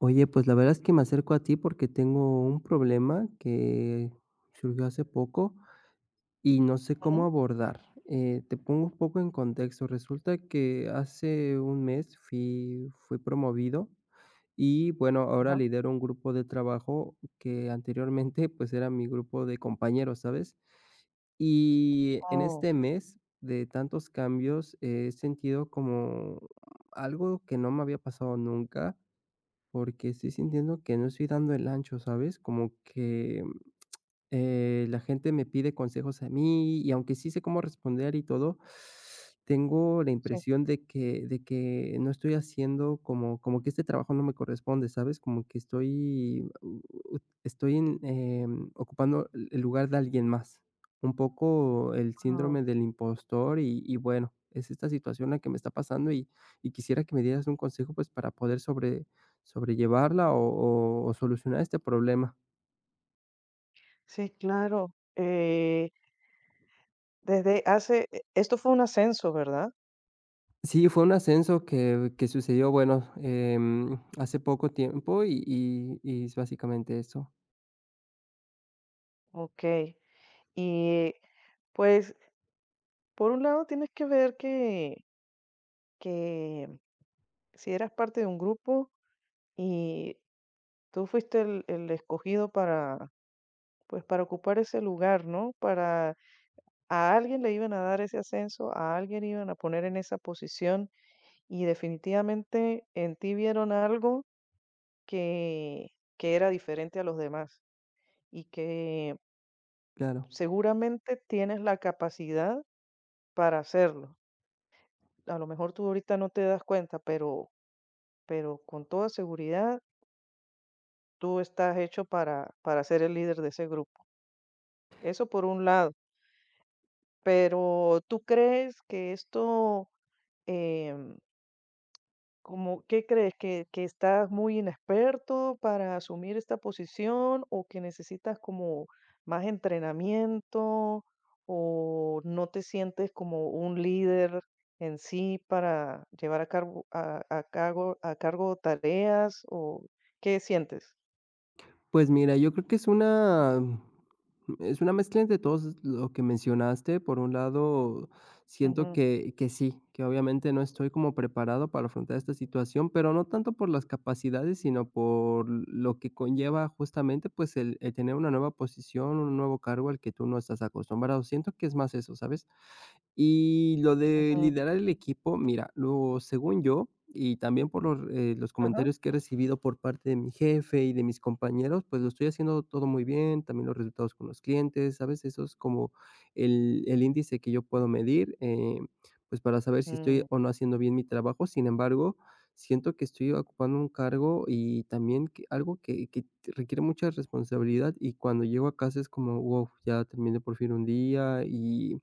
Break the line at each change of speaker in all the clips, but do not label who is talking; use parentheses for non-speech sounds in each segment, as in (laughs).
Oye, pues la verdad es que me acerco a ti porque tengo un problema que surgió hace poco y no sé cómo
Ujú,
abordar. Te pongo un poco en contexto. Resulta que hace un mes fui promovido y bueno, ahora
ajá.
lidero un grupo de trabajo que anteriormente pues era mi grupo de compañeros, ¿sabes? Y en
Oh,
este mes de tantos cambios he sentido como algo que no me había pasado nunca porque estoy sintiendo que no estoy dando el ancho, ¿sabes? Como que la gente me pide consejos a mí y aunque sí sé cómo responder y todo, tengo la
sí,
impresión de que no estoy haciendo como como que este trabajo no me corresponde, ¿sabes? Como que estoy u u estoy en, ocupando el lugar de alguien más. Un poco el
ah,
síndrome del impostor y bueno, es esta situación la que me está pasando y quisiera que me dieras un consejo, pues, para poder sobrellevarla o o solucionar este problema.
sí, claro. Desde hace esto fue un ascenso, ¿verdad?
Sí, fue un ascenso que sucedió, bueno, hace poco tiempo y es básicamente eso,
Okey. Y, pues, por un lado tienes que ver que que si eras parte de un grupo y tú fuiste el escogido para, pues, para ocupar ese lugar, ¿no? Para a alguien le iban a dar ese ascenso, a alguien iban a poner en esa posición, y definitivamente en ti vieron algo que, que era diferente a los demás y que
claro.
seguramente tienes la capacidad para hacerlo. A lo mejor tú ahorita no te das cuenta, pero con toda seguridad tú estás hecho para ser el líder de ese grupo. Eso por un lado. Pero ¿tú crees que esto em, ¿cómo qué crees? ¿Que estás muy inexperto para asumir esta posición o que necesitas como más entrenamiento o no te sientes como un líder en sí para llevar a cargo a cargo tareas o qué sientes?
Pues mira, yo creo que es una mezcla entre todos lo que mencionaste. Por un lado, siento
Ujú,
que sí, que obviamente no estoy como preparado para afrontar esta situación, pero no tanto por las capacidades, sino por lo que conlleva justamente, pues, el tener una nueva posición, un nuevo cargo al que tú no estás acostumbrado. Siento que es más eso, ¿sabes? Y lo de
ujú,
liderar el equipo, mira, lo según yo, y también por los
ajá,
comentarios que he recibido por parte de mi jefe y de mis compañeros, pues lo estoy haciendo todo muy bien, también los resultados con los clientes, ¿sabes? Eso es como el índice que yo puedo medir, pues para saber si estoy
mm,
o no haciendo bien mi trabajo. Sin embargo, siento que estoy ocupando un cargo y también que- algo que requiere mucha responsabilidad y cuando llego a casa es como, wow, ya terminé por fin un día y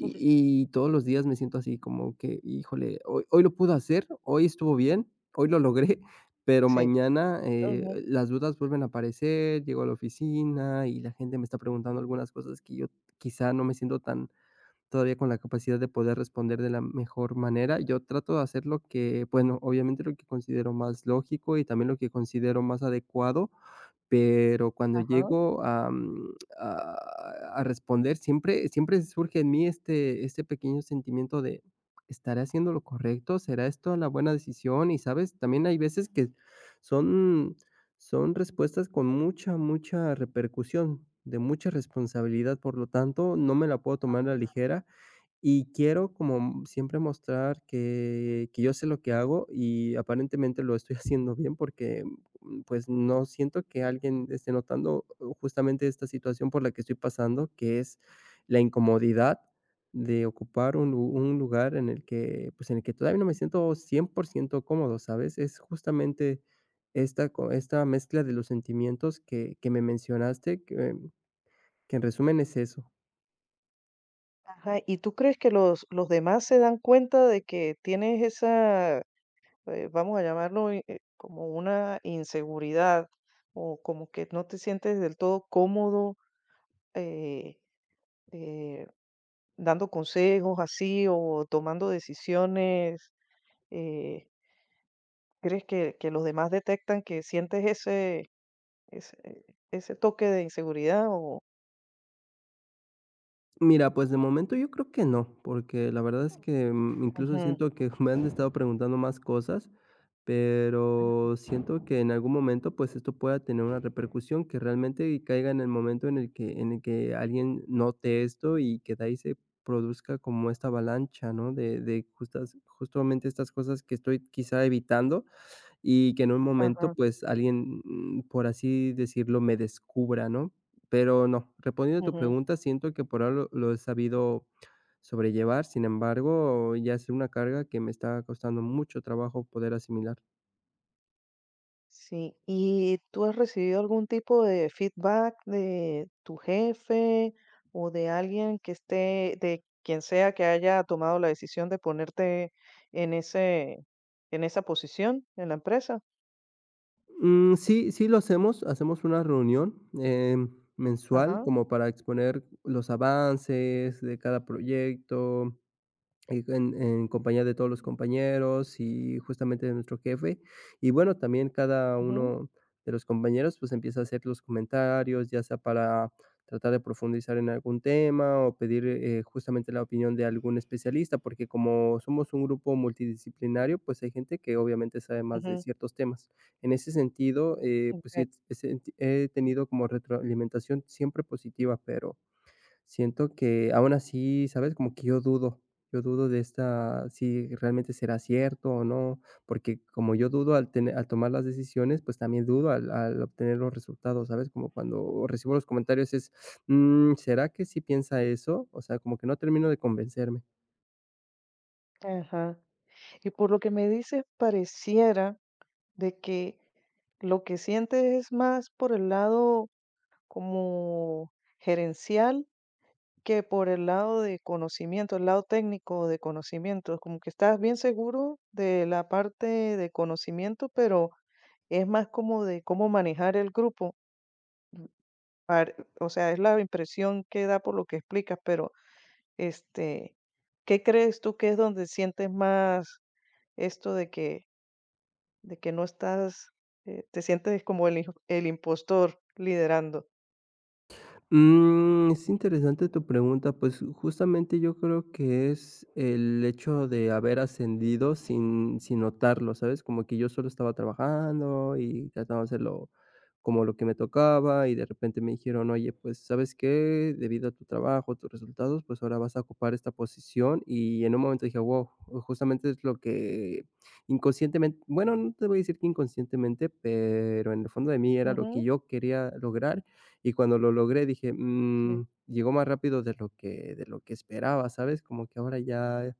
(laughs)
y todos los días me siento así como que, híjole, hoy lo pude hacer, hoy estuvo bien, hoy lo logré, (laughs) pero
sí,
mañana,
ujú,
las dudas vuelven a aparecer, llego a la oficina y la gente me está preguntando algunas cosas que yo quizá no me siento tan todavía con la capacidad de poder responder de la mejor manera. Yo trato de hacer lo que, bueno, obviamente lo que considero más lógico y también lo que considero más adecuado, pero cuando
ajá,
llego a, a a responder, siempre surge en mí este pequeño sentimiento de, ¿estaré haciendo lo correcto? ¿Será esto la buena decisión? Y, ¿sabes? También hay veces que son son respuestas con mucha, mucha repercusión, de mucha responsabilidad, por lo tanto, no me la puedo tomar a la ligera y quiero como siempre mostrar que yo sé lo que hago y aparentemente lo estoy (laughs) haciendo bien porque, pues, no siento que alguien esté notando justamente esta situación por la que estoy pasando, que es la incomodidad de ocupar un lu un lugar en el que, pues, en el que todavía no me siento 100% cómodo, ¿sabes? Es justamente esta co esta mezcla de los sentimientos que me mencionaste, que en resumen es eso.
ajá, ¿y tú crees que los demás se dan cuenta de que tienes esa vamos a llamarlo como una inseguridad o como que no te sientes del todo cómodo eh, eh, dando consejos así o tomando decisiones? eh, ¿Crees que los demás detectan que sientes ese, ese toque de inseguridad? O...
Mira, pues de momento yo creo que no, porque la verdad es que, incluso
Ujú,
siento que (laughs) me han estado preguntando más cosas, pero siento que en algún momento, pues, esto pueda tener una repercusión que realmente caiga en el momento en el que alguien note esto y que de ahí se produzca como esta avalancha, ¿no? De justas justamente estas cosas que estoy quizá evitando, y que en un momento,
ajá,
pues, alguien, por así decirlo, me descubra, ¿no? Pero no, respondiendo a tu
ujú.
pregunta, siento que por ahora lo he sabido sobrellevar, sin embargo, ya es una carga que me está costando mucho trabajo poder asimilar.
Sí, ¿y tú has recibido algún tipo de feedback de tu jefe o de alguien que esté, de quien sea que haya tomado la decisión de ponerte en ese, en esa posición en la empresa?
Sí, lo hacemos, hacemos una reunión, mensual
Ajá,
como para exponer los avances de cada proyecto, y en compañía de todos los compañeros y justamente de nuestro jefe. Y bueno, también cada
ujú,
uno de los compañeros, pues, empieza a hacer los comentarios, ya sea para tratar de profundizar en algún tema o pedir, justamente la opinión de algún especialista, porque como somos un grupo multidisciplinario, pues, hay gente que obviamente sabe más de
ujú,
ciertos temas. En ese sentido, pues sí,
okey,
he tenido como retroalimentación siempre positiva, pero siento que aún así, ¿sabes? Como que yo dudo de esta, si realmente será cierto o no, porque como yo dudo al tener, al tomar las decisiones, pues también dudo al, al obtener los resultados, ¿sabes? Como cuando recibo los comentarios es, "Mm, ¿será que sí piensa eso? O sea, como que no termino de convencerme.
ajá. Y por lo que me dices, pareciera de que lo que sientes es más por el lado como gerencial, que por el lado de conocimiento, el lado técnico de conocimiento, como que estás bien seguro de la parte de conocimiento, pero es más como de cómo manejar el grupo. O sea, es la impresión que da por lo que explicas, pero este, ¿qué crees tú que es donde sientes más esto de de que no estás, te sientes como el, el impostor liderando?
Mm, es interesante tu pregunta, pues justamente yo creo que es el hecho de haber ascendido sin, sin notarlo, ¿sabes? Como que yo solo estaba trabajando y trataba de hacerlo como lo que me tocaba y de repente me dijeron, oye, pues ¿sabes qué? Debido a tu trabajo, tus resultados, pues ahora vas a ocupar esta posición y en un momento dije, wow, justamente es lo que inconscientemente, bueno, no te voy a decir que inconscientemente, pero en el fondo de mí era lo que
Ujú,
yo quería lograr y cuando lo logré dije:
sí.
"Mm, llegó más rápido de lo que esperaba", ¿sabes? Como que ahora ya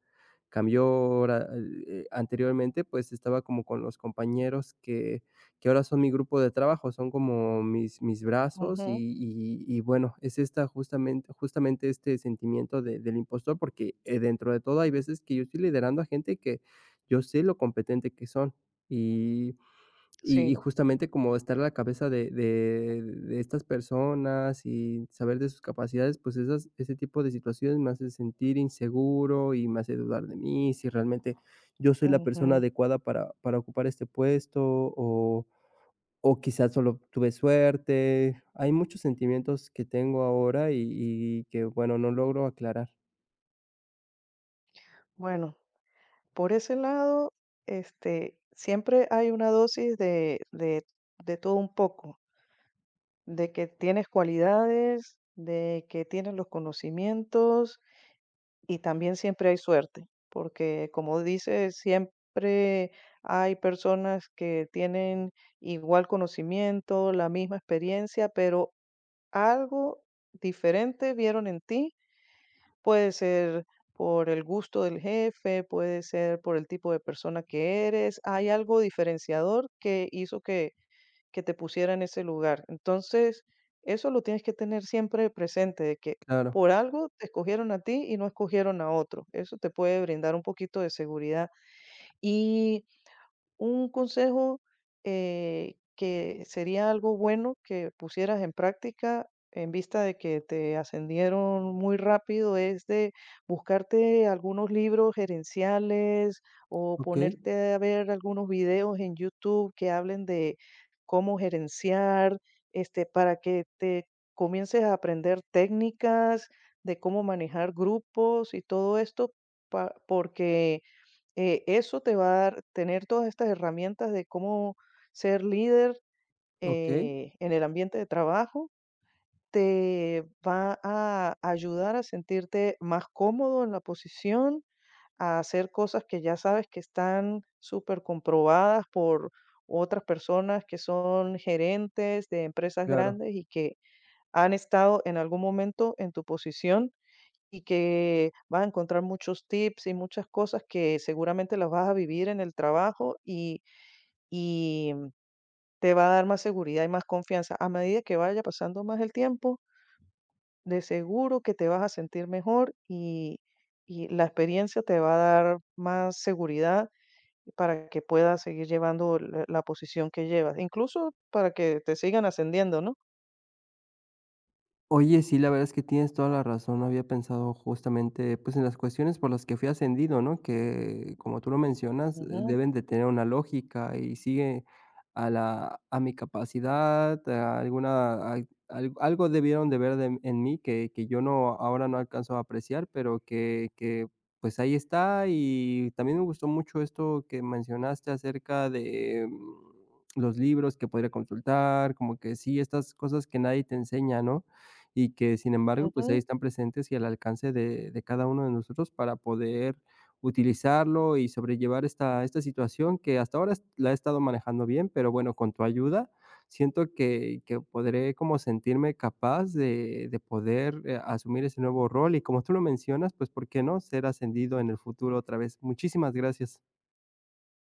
cambió, ahora, anteriormente, pues, estaba como con los compañeros que ahora son mi grupo de trabajo, son como mis mis brazos y
Ujú,
y bueno, es esta justamente este sentimiento de del impostor, porque, dentro de todo hay veces que yo estoy liderando a gente que yo sé lo competente que son, y y
sí.
justamente como estar a la cabeza de de estas personas y saber de sus capacidades, pues esas ese tipo de situaciones me hace sentir inseguro y me hace dudar de mí, si realmente yo soy la persona
Ujú.
adecuada para ocupar este puesto o quizás solo tuve suerte. Hay muchos sentimientos que tengo ahora y que, bueno, no logro aclarar.
Bueno. Por ese lado, este, siempre hay una dosis de todo un poco, de que tienes cualidades, de que tienes los conocimientos, y también siempre hay suerte, porque como dices, siempre hay personas que tienen igual conocimiento, la misma experiencia, pero algo diferente vieron en ti. Puede ser por el gusto del jefe, puede ser por el tipo de persona que eres. Hay algo diferenciador que hizo que te pusiera en ese lugar. Entonces, eso lo tienes que tener siempre presente, de que
Claro.
por algo te escogieron a ti y no escogieron a otro. Eso te puede brindar un poquito de seguridad. Y un consejo, que sería algo bueno que pusieras en práctica en vista de que te ascendieron muy rápido es de buscarte algunos libros gerenciales o
Okey,
ponerte a ver algunos videos en YouTube que hablen de cómo gerenciar, este, para que te comiences a aprender técnicas de cómo manejar grupos y todo esto, porque eso te va a dar tener todas estas herramientas de cómo ser líder
okey,
en el ambiente de trabajo, te va a ayudar a sentirte más cómodo en la posición, a hacer cosas que ya sabes que están súper comprobadas por otras personas que son gerentes de empresas
claro.
grandes y que han estado en algún momento en tu posición y que vas a encontrar muchos tips y muchas cosas que seguramente las vas a vivir en el trabajo, y te va a dar más seguridad y más confianza. A medida que vaya pasando más el tiempo, de seguro que te vas a sentir mejor, y la experiencia te va a dar más seguridad para que puedas seguir llevando la posición que llevas, incluso para que te sigan ascendiendo, ¿no?
Oye, sí, la verdad es que tienes toda la razón. No había pensado justamente, pues, en las cuestiones por las que fui ascendido, ¿no? Que, como tú lo mencionas,
Ujú,
deben de tener una lógica y sigue a la a mi capacidad, a alguna al al algo debieron de ver de en mí que yo no ahora no alcanzo a apreciar, pero que, pues, ahí está. Y también me gustó mucho esto que mencionaste acerca de, los libros que podría consultar, como que sí, estas cosas que nadie te enseña, ¿no? Y que, sin embargo, pues ahí
ujú.
están presentes y al alcance de cada uno de nosotros para poder utilizarlo y sobrellevar esta esta situación que hasta ahora es la he estado manejando bien, pero bueno, con tu ayuda siento que podré como sentirme capaz de poder, asumir ese nuevo rol y como tú lo mencionas, pues, ¿por qué no?, ser ascendido en el futuro otra vez. Muchísimas gracias.